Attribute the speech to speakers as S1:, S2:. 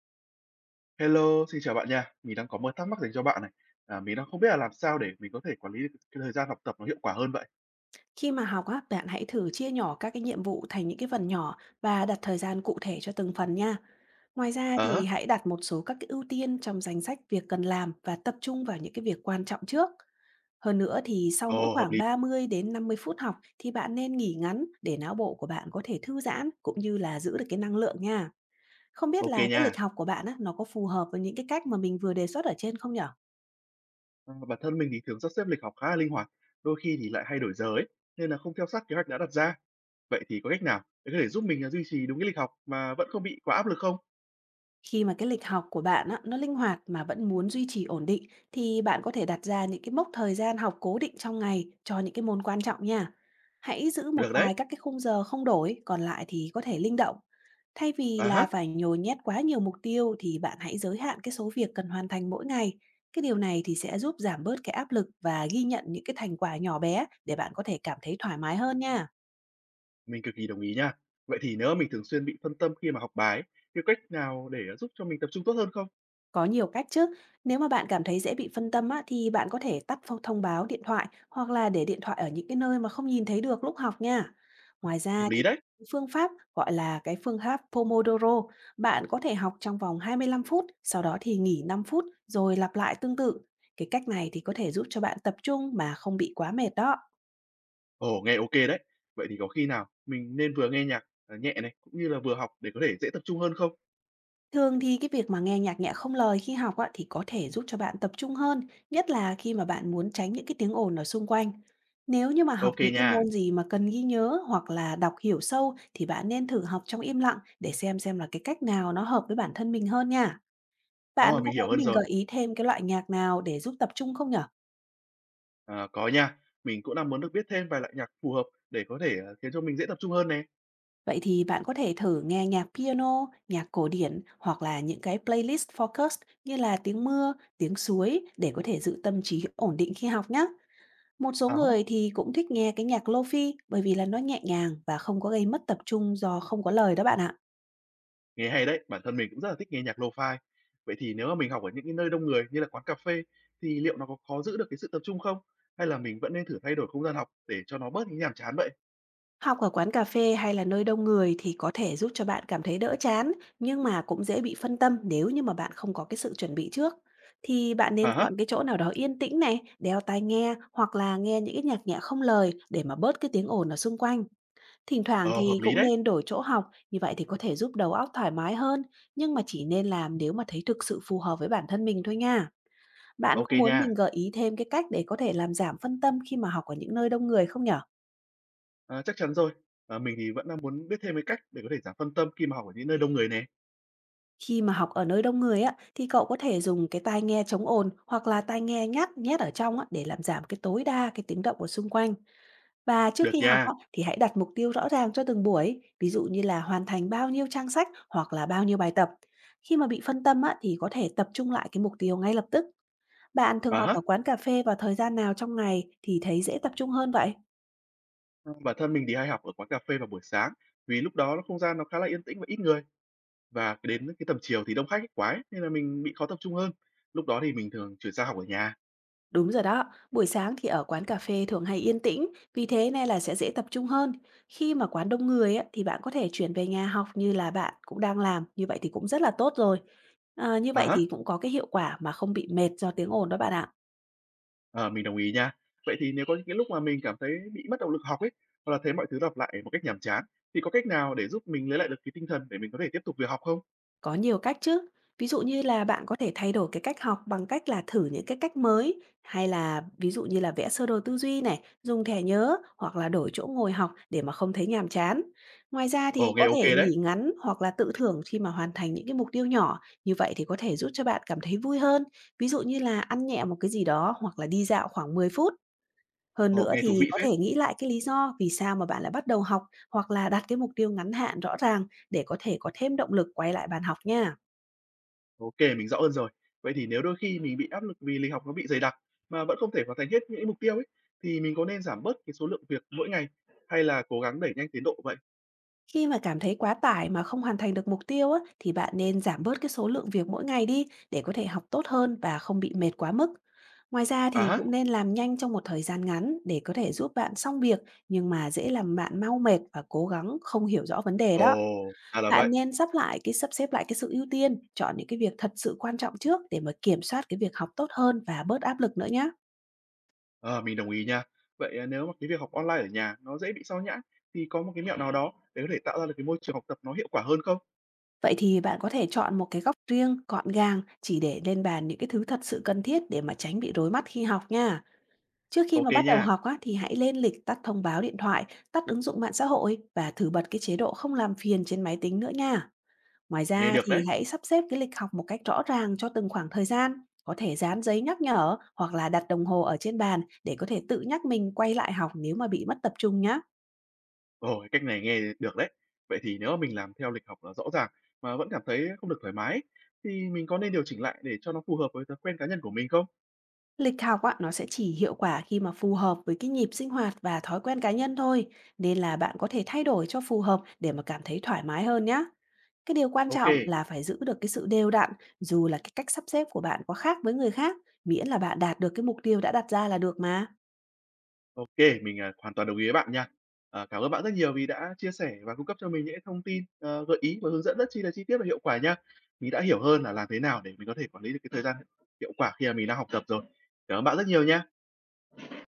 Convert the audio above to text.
S1: Hello, xin chào bạn nha. Mình đang có một thắc mắc dành cho bạn này. Mình đang không biết là làm sao để mình có thể quản lý được cái thời gian học tập nó hiệu quả hơn vậy?
S2: Khi mà học á, bạn hãy thử chia nhỏ các cái nhiệm vụ thành những cái phần nhỏ và đặt thời gian cụ thể cho từng phần nha. Ngoài ra
S1: Ờ,
S2: thì hãy đặt một số các cái ưu tiên trong danh sách việc cần làm và tập trung vào những cái việc quan trọng trước. Hơn nữa thì sau mỗi
S1: ồ, hợp
S2: khoảng
S1: lý.
S2: 30 đến 50 phút học thì bạn nên nghỉ ngắn để não bộ của bạn có thể thư giãn cũng như là giữ được cái năng lượng nha. Không biết là
S1: Ok
S2: cái lịch
S1: nha.
S2: học của bạn á, nó có phù hợp với những cái cách mà mình vừa đề xuất ở trên không nhở?
S1: Bản thân mình thì thường sắp xếp lịch học khá là linh hoạt, đôi khi thì lại hay đổi giờ ấy, nên là không theo sát kế hoạch đã đặt ra. Vậy thì có cách nào để có thể giúp mình duy trì đúng cái lịch học mà vẫn không bị quá áp lực không?
S2: Khi mà cái lịch học của bạn á, nó linh hoạt mà vẫn muốn duy trì ổn định thì bạn có thể đặt ra những cái mốc thời gian học cố định trong ngày cho những cái môn quan trọng nha. Hãy giữ một
S1: Được đấy.
S2: vài các cái khung giờ không đổi, còn lại thì có thể linh động. Thay vì
S1: À,
S2: là
S1: ha,
S2: phải nhồi nhét quá nhiều mục tiêu thì bạn hãy giới hạn cái số việc cần hoàn thành mỗi ngày. Cái điều này thì sẽ giúp giảm bớt cái áp lực và ghi nhận những cái thành quả nhỏ bé để bạn có thể cảm thấy thoải mái hơn nha.
S1: mình cực kỳ đồng ý nha. Vậy thì nếu mà mình thường xuyên bị phân tâm khi mà học bài, ấy, thì có cách nào để giúp cho mình tập trung tốt hơn không?
S2: Có nhiều cách chứ. Nếu mà bạn cảm thấy dễ bị phân tâm á, thì bạn có thể tắt phong thông báo điện thoại hoặc là để điện thoại ở những cái nơi mà không nhìn thấy được lúc học nha. Ngoài
S1: Hợp
S2: ra thì
S1: lý đấy.
S2: phương pháp gọi là cái phương pháp Pomodoro, bạn có thể học trong vòng 25 phút, sau đó thì nghỉ 5 phút rồi lặp lại tương tự. Cái cách này thì có thể giúp cho bạn tập trung mà không bị quá mệt đó.
S1: Ồ, nghe ok đấy. Vậy thì có khi nào mình nên vừa nghe nhạc, nhẹ này, cũng như là vừa học để có thể dễ tập trung hơn không?
S2: Thường thì cái việc mà nghe nhạc nhẹ không lời khi học á, thì có thể giúp cho bạn tập trung hơn, nhất là khi mà bạn muốn tránh những cái tiếng ồn ở xung quanh. Nếu như mà học
S1: Ok
S2: những cái
S1: nha,
S2: môn gì mà cần ghi nhớ hoặc là đọc hiểu sâu thì bạn nên thử học trong im lặng để xem là cái cách nào nó hợp với bản thân mình hơn nha. Bạn
S1: đó,
S2: có
S1: mình hiểu
S2: muốn
S1: hơn
S2: mình
S1: rồi.
S2: gợi ý thêm cái loại nhạc nào để giúp tập trung không nhở?
S1: Ờ, có nha, mình cũng đang muốn được biết thêm vài loại nhạc phù hợp để có thể, khiến cho mình dễ tập trung hơn nè.
S2: Vậy thì bạn có thể thử nghe nhạc piano, nhạc cổ điển hoặc là những cái playlist focused như là tiếng mưa, tiếng suối để có thể giữ tâm trí ổn định khi học nhé. Một số
S1: À há,
S2: người thì cũng thích nghe cái nhạc lofi bởi vì là nó nhẹ nhàng và không có gây mất tập trung do không có lời đó bạn ạ.
S1: nghe hay đấy, bản thân mình cũng rất là thích nghe nhạc Lo-fi. Vậy thì nếu mà mình học ở những cái nơi đông người như là quán cà phê thì liệu nó có khó giữ được cái sự tập trung không? Hay là mình vẫn nên thử thay đổi không gian học để cho nó bớt những nhàm chán vậy?
S2: Học ở quán cà phê hay là nơi đông người thì có thể giúp cho bạn cảm thấy đỡ chán, nhưng mà cũng dễ bị phân tâm nếu như mà bạn không có cái sự chuẩn bị trước. Thì bạn nên
S1: À
S2: chọn
S1: há,
S2: cái chỗ nào đó yên tĩnh này, đeo tai nghe hoặc là nghe những cái nhạc nhẹ không lời để mà bớt cái tiếng ồn ở xung quanh. Thỉnh thoảng
S1: ờ, hợp
S2: thì
S1: lý
S2: cũng
S1: đấy.
S2: nên đổi chỗ học, như vậy thì có thể giúp đầu óc thoải mái hơn, nhưng mà chỉ nên làm nếu mà thấy thực sự phù hợp với bản thân mình thôi nha. Bạn
S1: Ok
S2: có muốn
S1: nha.
S2: mình gợi ý thêm cái cách để có thể làm giảm phân tâm khi mà học ở những nơi đông người không nhở?
S1: Chắc chắn rồi. Mình thì vẫn đang muốn biết thêm cái cách để có thể giảm phân tâm khi mà học ở những nơi đông người nè.
S2: Khi mà học ở nơi đông người á, thì cậu có thể dùng cái tai nghe chống ồn hoặc là tai nghe nhắc nhét ở trong á, để làm giảm cái tối đa cái tiếng động ở xung quanh. Và trước
S1: Được
S2: khi học
S1: nha.
S2: á, thì hãy đặt mục tiêu rõ ràng cho từng buổi, ví dụ như là hoàn thành bao nhiêu trang sách hoặc là bao nhiêu bài tập. Khi mà bị phân tâm á, thì có thể tập trung lại cái mục tiêu ngay lập tức. Bạn thường
S1: À
S2: học ở
S1: hả?
S2: quán cà phê vào thời gian nào trong ngày thì thấy dễ tập trung hơn vậy?
S1: Bản thân mình thì hay học ở quán cà phê vào buổi sáng vì lúc đó nó không gian nó khá là yên tĩnh và ít người và đến cái tầm chiều thì đông khách quá ấy, nên là mình bị khó tập trung hơn. Lúc đó thì mình thường chuyển sang học ở nhà.
S2: Đúng rồi đó, buổi sáng thì ở quán cà phê thường hay yên tĩnh, vì thế nên là sẽ dễ tập trung hơn. Khi mà quán đông người á, thì bạn có thể chuyển về nhà học như là bạn cũng đang làm, như vậy thì cũng rất là tốt rồi. À, như
S1: À
S2: vậy
S1: hả?
S2: thì cũng có cái hiệu quả mà không bị mệt do tiếng ồn đó bạn ạ.
S1: À, mình đồng ý nha. Vậy thì nếu có những cái lúc mà mình cảm thấy bị mất động lực học ấy hoặc là thấy mọi thứ lặp lại một cách nhàm chán thì có cách nào để giúp mình lấy lại được cái tinh thần để mình có thể tiếp tục việc học không?
S2: Có nhiều cách chứ. Ví dụ như là bạn có thể thay đổi cái cách học bằng cách là thử những cái cách mới hay là ví dụ như là vẽ sơ đồ tư duy này, dùng thẻ nhớ hoặc là đổi chỗ ngồi học để mà không thấy nhàm chán. Ngoài ra thì
S1: Ồ, nghe
S2: có
S1: ok
S2: thể
S1: đấy.
S2: nghỉ ngắn hoặc là tự thưởng khi mà hoàn thành những cái mục tiêu nhỏ. Như vậy thì có thể giúp cho bạn cảm thấy vui hơn. Ví dụ như là ăn nhẹ một cái gì đó hoặc là đi dạo khoảng 10 phút. Hơn
S1: Ồ,
S2: nữa
S1: nghe thú
S2: thì
S1: vị
S2: có
S1: phết.
S2: thể nghĩ lại cái lý do vì sao mà bạn lại bắt đầu học hoặc là đặt cái mục tiêu ngắn hạn rõ ràng để có thể có thêm động lực quay lại bàn học nha.
S1: OK, mình rõ hơn rồi. Vậy thì nếu đôi khi mình bị áp lực vì lịch học nó bị dày đặc mà vẫn không thể hoàn thành hết những cái mục tiêu ấy, thì mình có nên giảm bớt cái số lượng việc mỗi ngày hay là cố gắng đẩy nhanh tiến độ vậy?
S2: Khi mà cảm thấy quá tải mà không hoàn thành được mục tiêu á, thì bạn nên giảm bớt cái số lượng việc mỗi ngày đi để có thể học tốt hơn và không bị mệt quá mức. Ngoài ra
S1: À
S2: thì
S1: há,
S2: cũng nên làm nhanh trong một thời gian ngắn để có thể giúp bạn xong việc nhưng mà dễ làm bạn mau mệt và cố gắng không hiểu rõ vấn đề
S1: ồ,
S2: đó.
S1: ra là
S2: Bạn
S1: vậy.
S2: nên sắp xếp lại cái sự ưu tiên, chọn những cái việc thật sự quan trọng trước để mà kiểm soát cái việc học tốt hơn và bớt áp lực nữa nhé.
S1: Ờ, mình đồng ý nha. Vậy, nếu mà cái việc học online ở nhà nó dễ bị sao nhãng thì có một cái mẹo nào đó để có thể tạo ra được cái môi trường học tập nó hiệu quả hơn không?
S2: Vậy thì bạn có thể chọn một cái góc riêng, gọn gàng chỉ để lên bàn những cái thứ thật sự cần thiết để mà tránh bị rối mắt khi học nha. Trước khi mà
S1: OK
S2: bắt đầu
S1: nha,
S2: học á, thì hãy lên lịch tắt thông báo điện thoại, tắt ứng dụng mạng xã hội và thử bật cái chế độ không làm phiền trên máy tính nữa nha. Ngoài
S1: nghe
S2: ra
S1: được
S2: thì
S1: đấy.
S2: hãy sắp xếp cái lịch học một cách rõ ràng cho từng khoảng thời gian, có thể dán giấy nhắc nhở hoặc là đặt đồng hồ ở trên bàn để có thể tự nhắc mình quay lại học nếu mà bị mất tập trung nhá.
S1: Ồ, cái cách này nghe được đấy. Vậy thì nếu mà mình làm theo lịch học là rõ ràng mà vẫn cảm thấy không được thoải mái ấy, thì mình có nên điều chỉnh lại để cho nó phù hợp với thói quen cá nhân của mình không?
S2: Lịch học á, nó sẽ chỉ hiệu quả khi mà phù hợp với cái nhịp sinh hoạt và thói quen cá nhân thôi, nên là bạn có thể thay đổi cho phù hợp để mà cảm thấy thoải mái hơn nhá. Cái điều quan
S1: OK,
S2: trọng
S1: OK,
S2: là phải giữ được cái sự đều đặn, dù là cái cách sắp xếp của bạn có khác với người khác, miễn là bạn đạt được cái mục tiêu đã đặt ra là được mà.
S1: mình hoàn toàn đồng ý với bạn nha. Ờ, cảm ơn bạn rất nhiều vì đã chia sẻ và cung cấp cho mình những thông tin, gợi ý và hướng dẫn rất chi là chi tiết và hiệu quả nha. Mình đã hiểu hơn là làm thế nào để mình có thể quản lý được cái thời gian hiệu quả khi mà mình đang học tập rồi. Cảm ơn bạn rất nhiều nha.